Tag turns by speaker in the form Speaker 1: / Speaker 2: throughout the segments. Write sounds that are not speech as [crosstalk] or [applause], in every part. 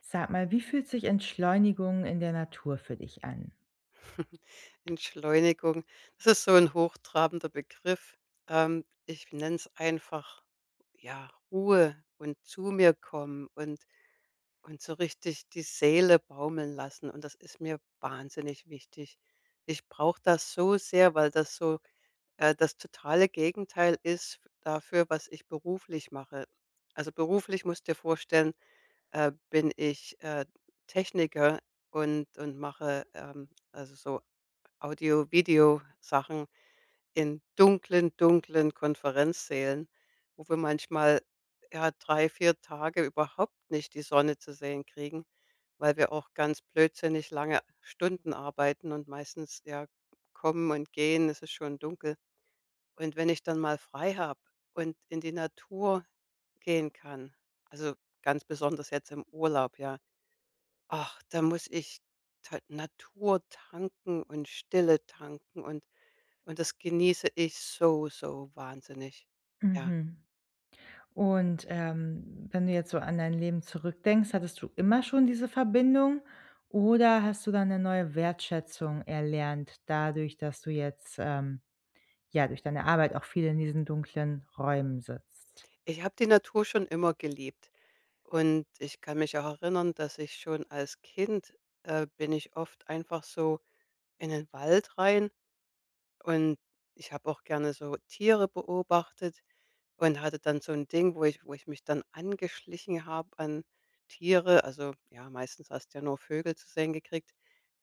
Speaker 1: Sag mal, wie fühlt sich Entschleunigung in der Natur für dich an?
Speaker 2: Entschleunigung. Das ist so ein hochtrabender Begriff. Ich nenne es einfach, ja, Ruhe und zu mir kommen und so richtig die Seele baumeln lassen und das ist mir wahnsinnig wichtig. Ich brauche das so sehr, weil das so, das totale Gegenteil ist dafür, was ich beruflich mache. Also, beruflich musst du dir vorstellen, bin ich, Techniker und mache, also, so Audio-Video-Sachen in dunklen, dunklen Konferenzsälen, wo wir manchmal, ja, 3, 4 Tage überhaupt nicht die Sonne zu sehen kriegen, weil wir auch ganz blödsinnig lange Stunden arbeiten und meistens, ja, kommen und gehen, es ist schon dunkel. Und wenn ich dann mal frei habe und in die Natur gehen kann, also ganz besonders jetzt im Urlaub, ja, ach, da muss ich ta Natur tanken und Stille tanken und das genieße ich so, so wahnsinnig. Ja,
Speaker 1: Mhm. Und, wenn du jetzt so an dein Leben zurückdenkst, hattest du immer schon diese Verbindung oder hast du dann eine neue Wertschätzung erlernt dadurch, dass du jetzt, ja, durch deine Arbeit auch viel in diesen dunklen Räumen sitzt?
Speaker 2: ich habe die Natur schon immer geliebt und ich kann mich auch erinnern, dass ich schon als Kind, bin ich oft einfach so in den Wald rein und ich habe auch gerne so Tiere beobachtet. Und hatte dann so 'n Ding, wo ich mich dann angeschlichen habe an Tiere. Also, ja, meistens hast du ja nur Vögel zu sehen gekriegt.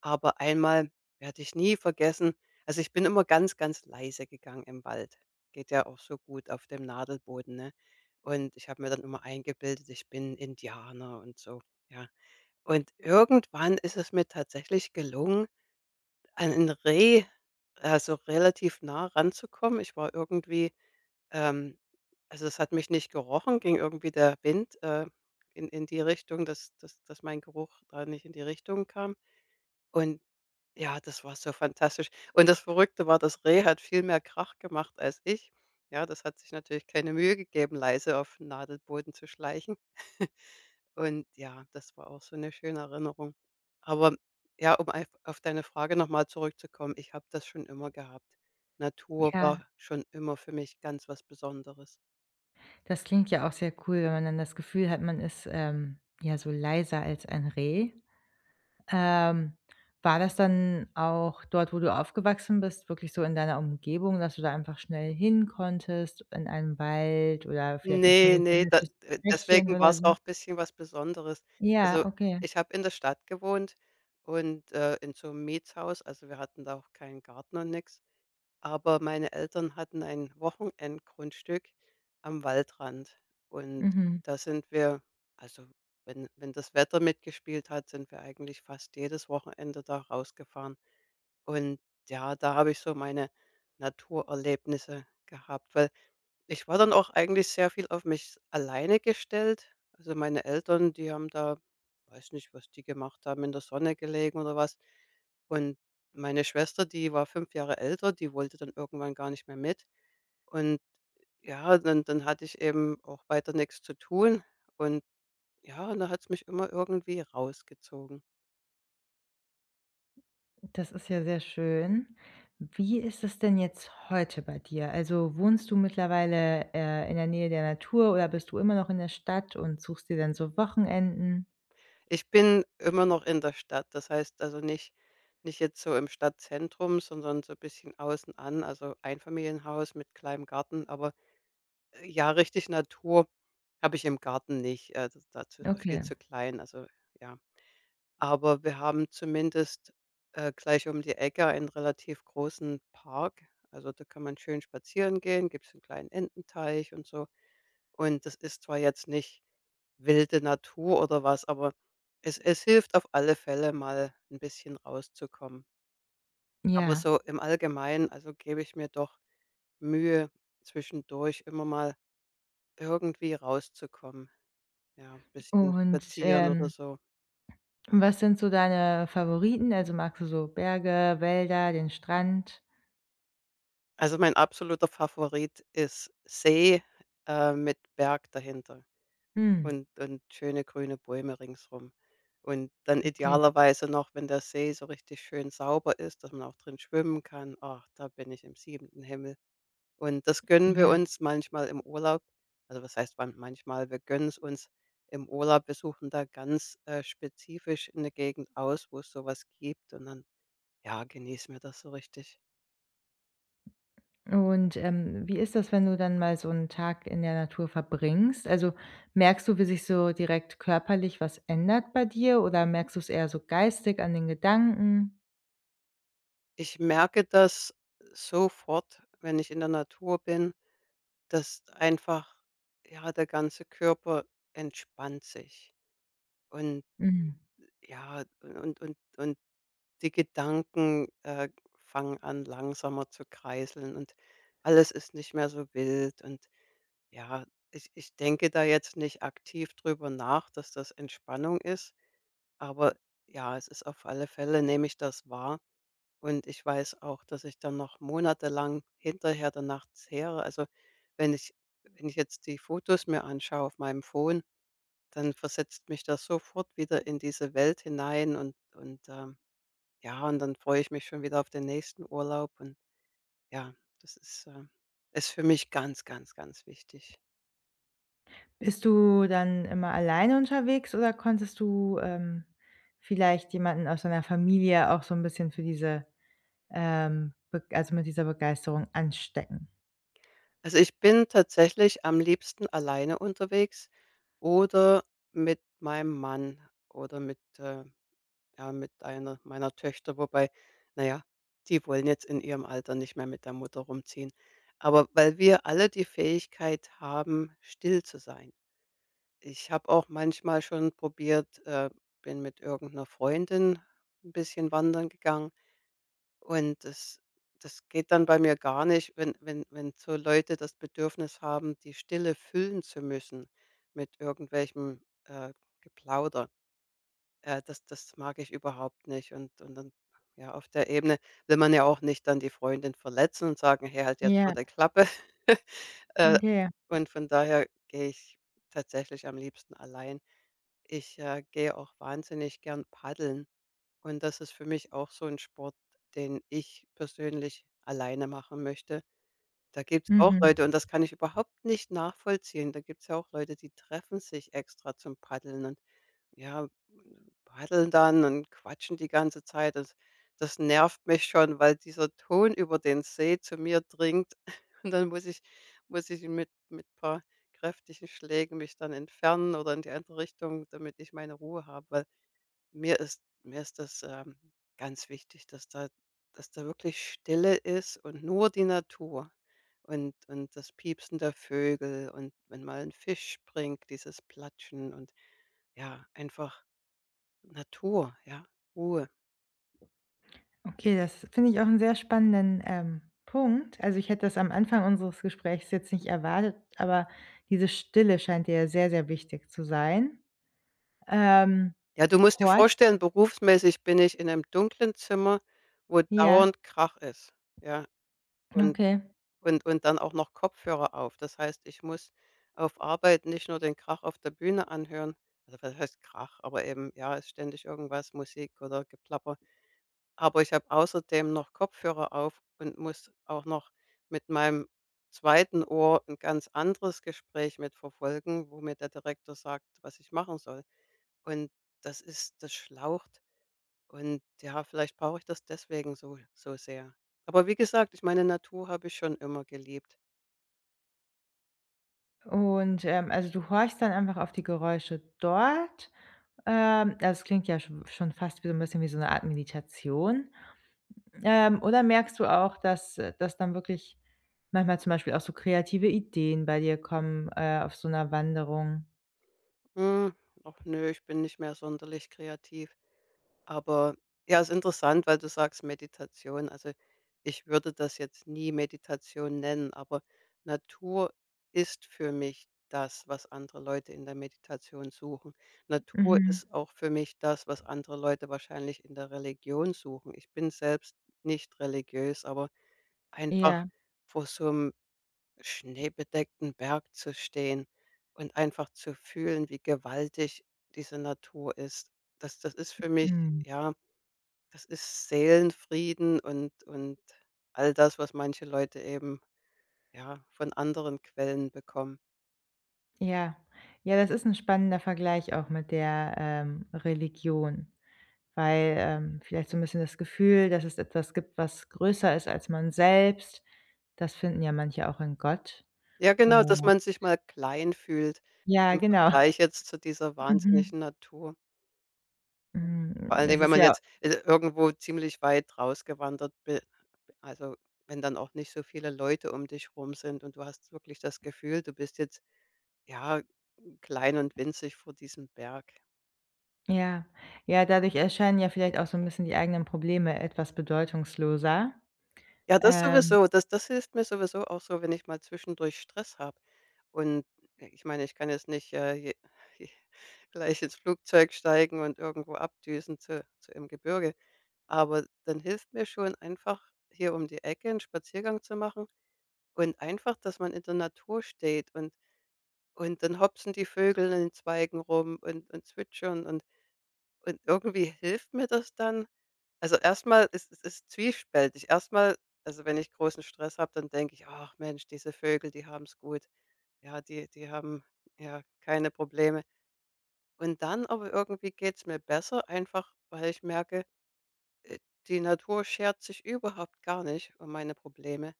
Speaker 2: Aber einmal werde ich nie vergessen, also, ich bin immer ganz, ganz leise gegangen im Wald. Geht ja auch so gut auf dem Nadelboden, ne? Und ich habe mir dann immer eingebildet, ich bin Indianer und so, ja. Und irgendwann ist es mir tatsächlich gelungen, an 'n Reh, also, relativ nah ranzukommen. Ich war irgendwie, ähm, also, es hat mich nicht gerochen, ging irgendwie der Wind, in die Richtung, dass mein Geruch da nicht in die Richtung kam. Und ja, das war so fantastisch. Und das Verrückte war, das Reh hat viel mehr Krach gemacht als ich. Ja, das hat sich natürlich keine Mühe gegeben, leise auf den Nadelboden zu schleichen. [laughs] Und ja, das war auch so eine schöne Erinnerung. Aber ja, um einf auf deine Frage noch mal zurückzukommen, ich habe das schon immer gehabt. Natur
Speaker 1: Ja,
Speaker 2: war schon immer für mich ganz was Besonderes.
Speaker 1: das klingt ja auch sehr cool, wenn man dann das Gefühl hat, man ist, ja, so leiser als ein Reh. Ähm, War das dann auch dort, wo du aufgewachsen bist, wirklich so in deiner Umgebung, dass du da einfach schnell hin konntest, in einem Wald oder vielleicht noch so ein
Speaker 2: Ne, ne, da
Speaker 1: idyllischen Bächchen
Speaker 2: deswegen
Speaker 1: oder
Speaker 2: war's
Speaker 1: so?
Speaker 2: auch bisschen was Besonderes.
Speaker 1: Ja,
Speaker 2: Also,
Speaker 1: okay.
Speaker 2: ich habe in der Stadt gewohnt und, in so 'nem Mietshaus, also, wir hatten da auch keinen Garten und nix, aber meine Eltern hatten ein Wochenendgrundstück am Waldrand und
Speaker 1: Mhm.
Speaker 2: da sind wir, also, wenn das Wetter mitgespielt hat, sind wir eigentlich fast jedes Wochenende da rausgefahren und ja, da habe ich so meine Naturerlebnisse gehabt, weil ich war dann auch eigentlich sehr viel auf mich alleine gestellt. Also, meine Eltern, die haben da, weiß nicht, was die gemacht haben, in der Sonne gelegen oder was. Und meine Schwester, die war 5 Jahre älter, die wollte dann irgendwann gar nicht mehr mit. Und ja, dann hatte ich eben auch weiter nichts zu tun und ja, und da hat es mich immer irgendwie rausgezogen.
Speaker 1: Das ist ja sehr schön. Wie ist es denn jetzt heute bei dir? Also wohnst du mittlerweile, in der Nähe der Natur oder bist du immer noch in der Stadt und suchst dir dann so Wochenenden?
Speaker 2: Ich bin immer noch in der Stadt. Das heißt, also nicht jetzt so im Stadtzentrum, sondern so ein bisschen außen an, also Einfamilienhaus mit kleinem Garten. Aber, ja, richtig Natur habe ich im Garten nicht. Also dazu ist er viel
Speaker 1: Okay,
Speaker 2: zu klein, also ja. Aber wir haben zumindest, gleich um die Ecke einen relativ großen Park. Also, da kann man schön spazieren gehen, gibt's einen kleinen Ententeich und so. Und das ist zwar jetzt nicht wilde Natur oder was, aber es hilft auf alle Fälle, mal ein bisschen rauszukommen. Aber
Speaker 1: ja.
Speaker 2: so im Allgemeinen, also, gebe ich mir doch Mühe, zwischendurch immer mal irgendwie rauszukommen. Ja, ein bisschen
Speaker 1: Und,
Speaker 2: spazieren oder so.
Speaker 1: was sind so deine Favoriten? Also magst du so Berge, Wälder, den Strand?
Speaker 2: Also, mein absoluter Favorit ist See, mit Berg dahinter.
Speaker 1: Hm,
Speaker 2: Und schöne grüne Bäume ringsrum. Und dann
Speaker 1: okay.
Speaker 2: idealerweise noch, wenn der See so richtig schön sauber ist, dass man auch drin schwimmen kann. Ach, da bin ich im siebenten Himmel. Und das gönnen wir
Speaker 1: Ja.
Speaker 2: uns manchmal im Urlaub. Also, was heißt wann manchmal? Wir gönnen es uns im Urlaub. Wir suchen da ganz, spezifisch eine Gegend aus, wo es sowas gibt und dann, ja, genießen wir das so richtig.
Speaker 1: Und, wie ist das, wenn du dann mal so einen Tag in der Natur verbringst? Also, merkst du, wie sich so direkt körperlich was ändert bei dir oder merkst du es eher so geistig an den Gedanken?
Speaker 2: Ich merke das sofort, wenn ich in der Natur bin. Dass einfach, ja, der ganze Körper entspannt sich und
Speaker 1: Mhm.
Speaker 2: ja, und die Gedanken, fangen an, langsamer zu kreiseln und alles ist nicht mehr so wild und ja, ich denke da jetzt nicht aktiv drüber nach, dass das Entspannung ist, aber ja, es ist auf alle Fälle, nehme ich das wahr. Und ich weiß auch, dass ich dann noch monatelang hinterher danach zehre. Also, wenn ich wenn ich jetzt die Fotos mir anschaue auf meinem Phone, dann versetzt mich das sofort wieder in diese Welt hinein und, ja, und dann freue ich mich schon wieder auf den nächsten Urlaub und ja, das ist, ist für mich ganz, ganz, ganz wichtig.
Speaker 1: Bist du dann immer alleine unterwegs oder konntest du, vielleicht jemanden aus deiner Familie auch so ein bisschen für diese, beg also, mit dieser Begeisterung anstecken?
Speaker 2: Also, ich bin tatsächlich am liebsten alleine unterwegs oder mit meinem Mann oder mit, ja, mit einer meiner Töchter, wobei, naja, die wollen jetzt in ihrem Alter nicht mehr mit der Mutter rumziehen. Aber weil wir alle die Fähigkeit haben, still zu sein. Ich habe auch manchmal schon probiert, bin mit irgendeiner Freundin ein bisschen wandern gegangen und das geht dann bei mir gar nicht, wenn wenn so Leute das Bedürfnis haben, die Stille füllen zu müssen mit irgendwelchem, Geplauder. Das das mag ich überhaupt nicht. Und dann ja, auf der Ebene will man ja auch nicht dann die Freundin verletzen und sagen: „Hey, halt jetzt mal
Speaker 1: Ja,
Speaker 2: die Klappe.“ [laughs] Äh,
Speaker 1: okay.
Speaker 2: und von daher gehe ich tatsächlich am liebsten allein. Ich, gehe auch wahnsinnig gern paddeln und das ist für mich auch so ein Sport, den ich persönlich alleine machen möchte. Da gibt es auch
Speaker 1: Mhm.
Speaker 2: Leute und das kann ich überhaupt nicht nachvollziehen. Da gibt es ja auch Leute, die treffen sich extra zum Paddeln, ja, paddeln dann und quatschen die ganze Zeit. Das nervt mich schon, weil dieser Ton über den See zu mir dringt. [laughs] Und dann muss ich mit paar kräftigen Schlägen mich dann entfernen oder in die andere Richtung, damit ich meine Ruhe habe, weil mir ist das, ganz wichtig, dass da wirklich Stille ist und nur die Natur und das Piepsen der Vögel und wenn mal ein Fisch springt, dieses Platschen und ja, einfach Natur, ja, Ruhe.
Speaker 1: Okay, das finde ich auch 'n sehr spannenden, Punkt. Also, ich hätte das am Anfang unseres Gesprächs jetzt nicht erwartet, aber diese Stille scheint dir ja sehr, sehr wichtig zu sein. Ähm,
Speaker 2: Ja, du musst dir
Speaker 1: Horchst
Speaker 2: vorstellen, berufsmäßig bin ich in einem dunklen Zimmer, wo
Speaker 1: ja,
Speaker 2: dauernd Krach ist, ja, und
Speaker 1: okay.
Speaker 2: und dann auch noch Kopfhörer auf. Das heißt, ich muss auf Arbeit nicht nur den Krach auf der Bühne anhören. Also, was heißt Krach, aber eben, ja, ist ständig irgendwas, Musik oder Geplapper. Aber ich habe außerdem noch Kopfhörer auf und muss auch noch mit meinem zweiten Ohr ein ganz anderes Gespräch mit verfolgen, wo mir der Direktor sagt, was ich machen soll. Und das schlaucht und ja, vielleicht brauche ich das deswegen so so sehr. Aber wie gesagt, ich meine, Natur habe ich schon immer geliebt.
Speaker 1: Und, also, du horchst dann einfach auf die Geräusche dort. Das klingt ja schon fast wie so ein bisschen wie so eine Art Meditation. Oder merkst du auch, dass dass dann wirklich manchmal zum Beispiel auch so kreative Ideen bei dir kommen, auf so einer Wanderung?
Speaker 2: Hm, ach ne, ich bin nicht mehr sonderlich kreativ. Aber ja, ist interessant, weil du sagst Meditation. Also, ich würde das jetzt nie Meditation nennen, aber Natur ist für mich das, was andere Leute in der Meditation suchen. Natur
Speaker 1: Mhm.
Speaker 2: ist auch für mich das, was andere Leute wahrscheinlich in der Religion suchen. Ich bin selbst nicht religiös, aber einfach
Speaker 1: Ja.
Speaker 2: vor so einem schneebedeckten Berg zu stehen und einfach zu fühlen, wie gewaltig diese Natur ist. Das ist für mich
Speaker 1: Mhm.
Speaker 2: ja das ist Seelenfrieden und all das, was manche Leute eben, ja, von anderen Quellen bekommen.
Speaker 1: Ja. Ja, das ist ein spannender Vergleich auch mit der, Religion, weil, vielleicht so ein bisschen das Gefühl, dass es etwas gibt, was größer ist als man selbst. Das finden ja manche auch in Gott.
Speaker 2: Ja, genau, dass
Speaker 1: Oh
Speaker 2: man sich mal klein fühlt
Speaker 1: ja,
Speaker 2: im
Speaker 1: genau. [laughs]
Speaker 2: Vergleich jetzt zu dieser
Speaker 1: Mhm.
Speaker 2: wahnsinnigen Natur.
Speaker 1: Hm,
Speaker 2: Vor allen Dingen,
Speaker 1: das
Speaker 2: wenn
Speaker 1: ist
Speaker 2: man
Speaker 1: ja
Speaker 2: jetzt, irgendwo ziemlich weit rausgewandert bi also, wenn dann auch nicht so viele Leute um dich rum sind und du hast wirklich das Gefühl, du bist jetzt, ja, klein und winzig vor diesem Berg.
Speaker 1: ja. Ja, dadurch erscheinen ja vielleicht auch so ein bisschen die eigenen Probleme etwas bedeutungsloser.
Speaker 2: Ja, das
Speaker 1: Ähm,
Speaker 2: sowieso. Das hilft mir sowieso auch so, wenn ich mal zwischendurch Stress habe. Und ich meine, ich kann jetzt nicht, je [laughs] je gleich ins Flugzeug steigen und irgendwo abdüsen zu im Gebirge. Aber dann hilft mir schon einfach, hier um die Ecke einen Spaziergang zu machen und einfach, dass man in der Natur steht und dann hopsen die Vögel in den Zweigen rum und zwitschern und irgendwie hilft mir das dann, also, erstmal ist zwiespältig. Erstmal, also, wenn ich großen Stress habe, dann denke ich: „Ach Mensch, diese Vögel, die haben's gut. Ja, die haben, ja, keine Probleme.“ Und dann aber irgendwie geht's mir besser, einfach weil ich merke, äh, die Natur schert sich überhaupt gar nicht um meine Probleme.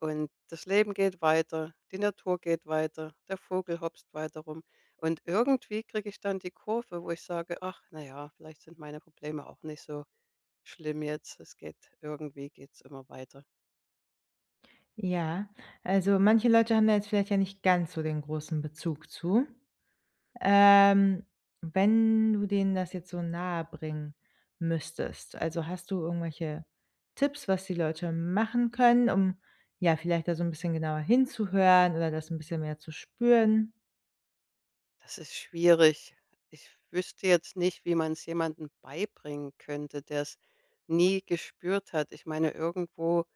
Speaker 2: Und das Leben geht weiter, die Natur geht weiter, der Vogel hopst weiter rum. Und irgendwie kriege ich dann die Kurve, wo ich sage: „Ach, na ja, vielleicht sind meine Probleme auch nicht so schlimm jetzt. Es geht, irgendwie geht's immer weiter.
Speaker 1: ja, also manche Leute haben da jetzt vielleicht ja nicht ganz so den großen Bezug zu. Ähm, wenn du denen das jetzt so nahebringen müsstest, also hast du irgendwelche Tipps, was die Leute machen können, um, ja, vielleicht da so ein bisschen genauer hinzuhören oder das ein bisschen mehr zu spüren?
Speaker 2: Das ist schwierig. Ich wüsste jetzt nicht, wie man es jemandem beibringen könnte, der es nie gespürt hat. Ich meine, irgendwo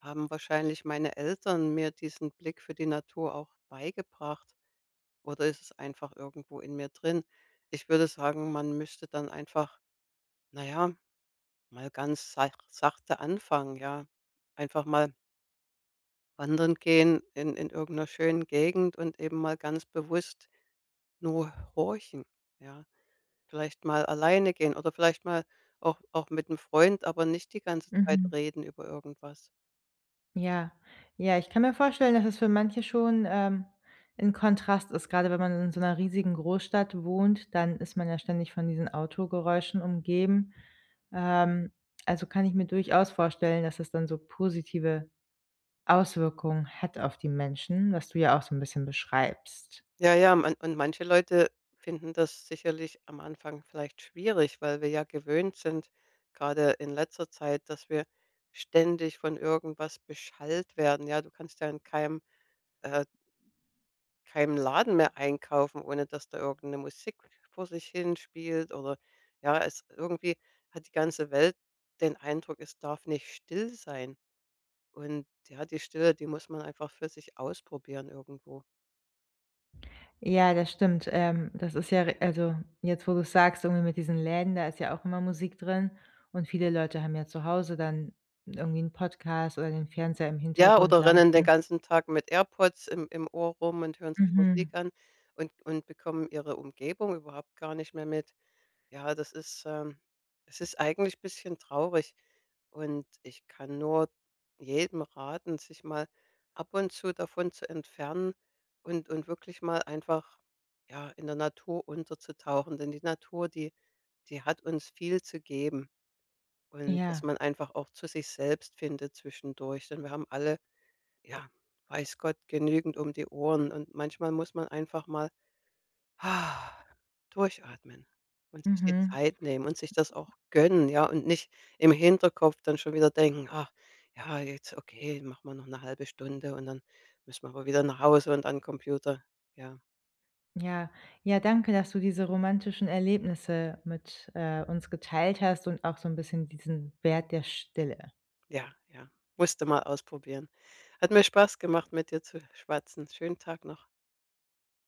Speaker 2: haben wahrscheinlich meine Eltern mir diesen Blick für die Natur auch beigebracht oder ist es einfach irgendwo in mir drin. Ich würde sagen, man müsste dann einfach, naja, mal ganz sachte anfangen, ja. Einfach mal wandern gehen in irgend schönen Gegend und eben mal ganz bewusst nur horchen, ja. Vielleicht mal alleine gehen oder vielleicht mal auch mit einem Freund, aber nicht die ganze Zeit
Speaker 1: Mhm.
Speaker 2: reden über irgendwas.
Speaker 1: Ja. Ja, ich kann mir vorstellen, dass es für manche schon, 'n Kontrast ist. Gerade wenn man in so einer riesigen Großstadt wohnt, dann ist man ja ständig von diesen Autogeräuschen umgeben. Ähm, also, kann ich mir durchaus vorstellen, dass es dann so positive Auswirkungen hat auf die Menschen, was du ja auch so 'n bisschen beschreibst.
Speaker 2: Ja, ja, man und manche Leute finden das sicherlich am Anfang vielleicht schwierig, weil wir ja gewöhnt sind, gerade in letzter Zeit, dass wir ständig von irgendwas beschallt werden. Ja, du kannst ja in keinem, äh keinem Laden mehr einkaufen, ohne dass da irgendeine Musik vor sich hin spielt oder ja, es irgendwie hat die ganze Welt den Eindruck, es darf nicht still sein. Und ja, die Stille, die muss man einfach für sich ausprobieren irgendwo.
Speaker 1: Ja, das stimmt. Das ist ja ri also, jetzt, wo du's sagst, irgendwie mit diesen Läden, da ist ja auch immer Musik drin und viele Leute haben ja zu Hause dann irgendwie 'n Podcast oder den Fernseher im
Speaker 2: Ja,
Speaker 1: Hintergrund
Speaker 2: oder
Speaker 1: laufen.
Speaker 2: rennen den ganzen Tag mit AirPods im Ohr rum und hören sich Musik
Speaker 1: Mhm.
Speaker 2: an und bekommen ihre Umgebung überhaupt gar nicht mehr mit. Ja, das ist, es ist eigentlich ein bisschen traurig und ich kann nur jedem raten, sich mal ab und zu davon zu entfernen und wirklich mal einfach, ja, in der Natur unterzutauchen, denn die Natur, die hat uns viel zu geben und dass
Speaker 1: Ja.
Speaker 2: man einfach auch zu sich selbst findet zwischendurch, denn wir haben alle, ja, weiß Gott, genügend um die Ohren und manchmal muss man einfach mal, ah, durchatmen und sich die
Speaker 1: Mhm.
Speaker 2: Zeit nehmen und sich das auch gönnen, ja, und nicht im Hinterkopf dann schon wieder denken: „Ach ja, jetzt okay, machen wir noch eine halbe Stunde und dann müssen wir aber wieder nach Hause und an 'n Computer.“ Ja,
Speaker 1: Ja. Ja, danke, dass du diese romantischen Erlebnisse mit, uns geteilt hast und auch so 'n bisschen diesen Wert der Stille.
Speaker 2: ja, ja. Musste mal ausprobieren. Hat mir Spaß gemacht, mit dir zu schwatzen. Schönen Tag noch.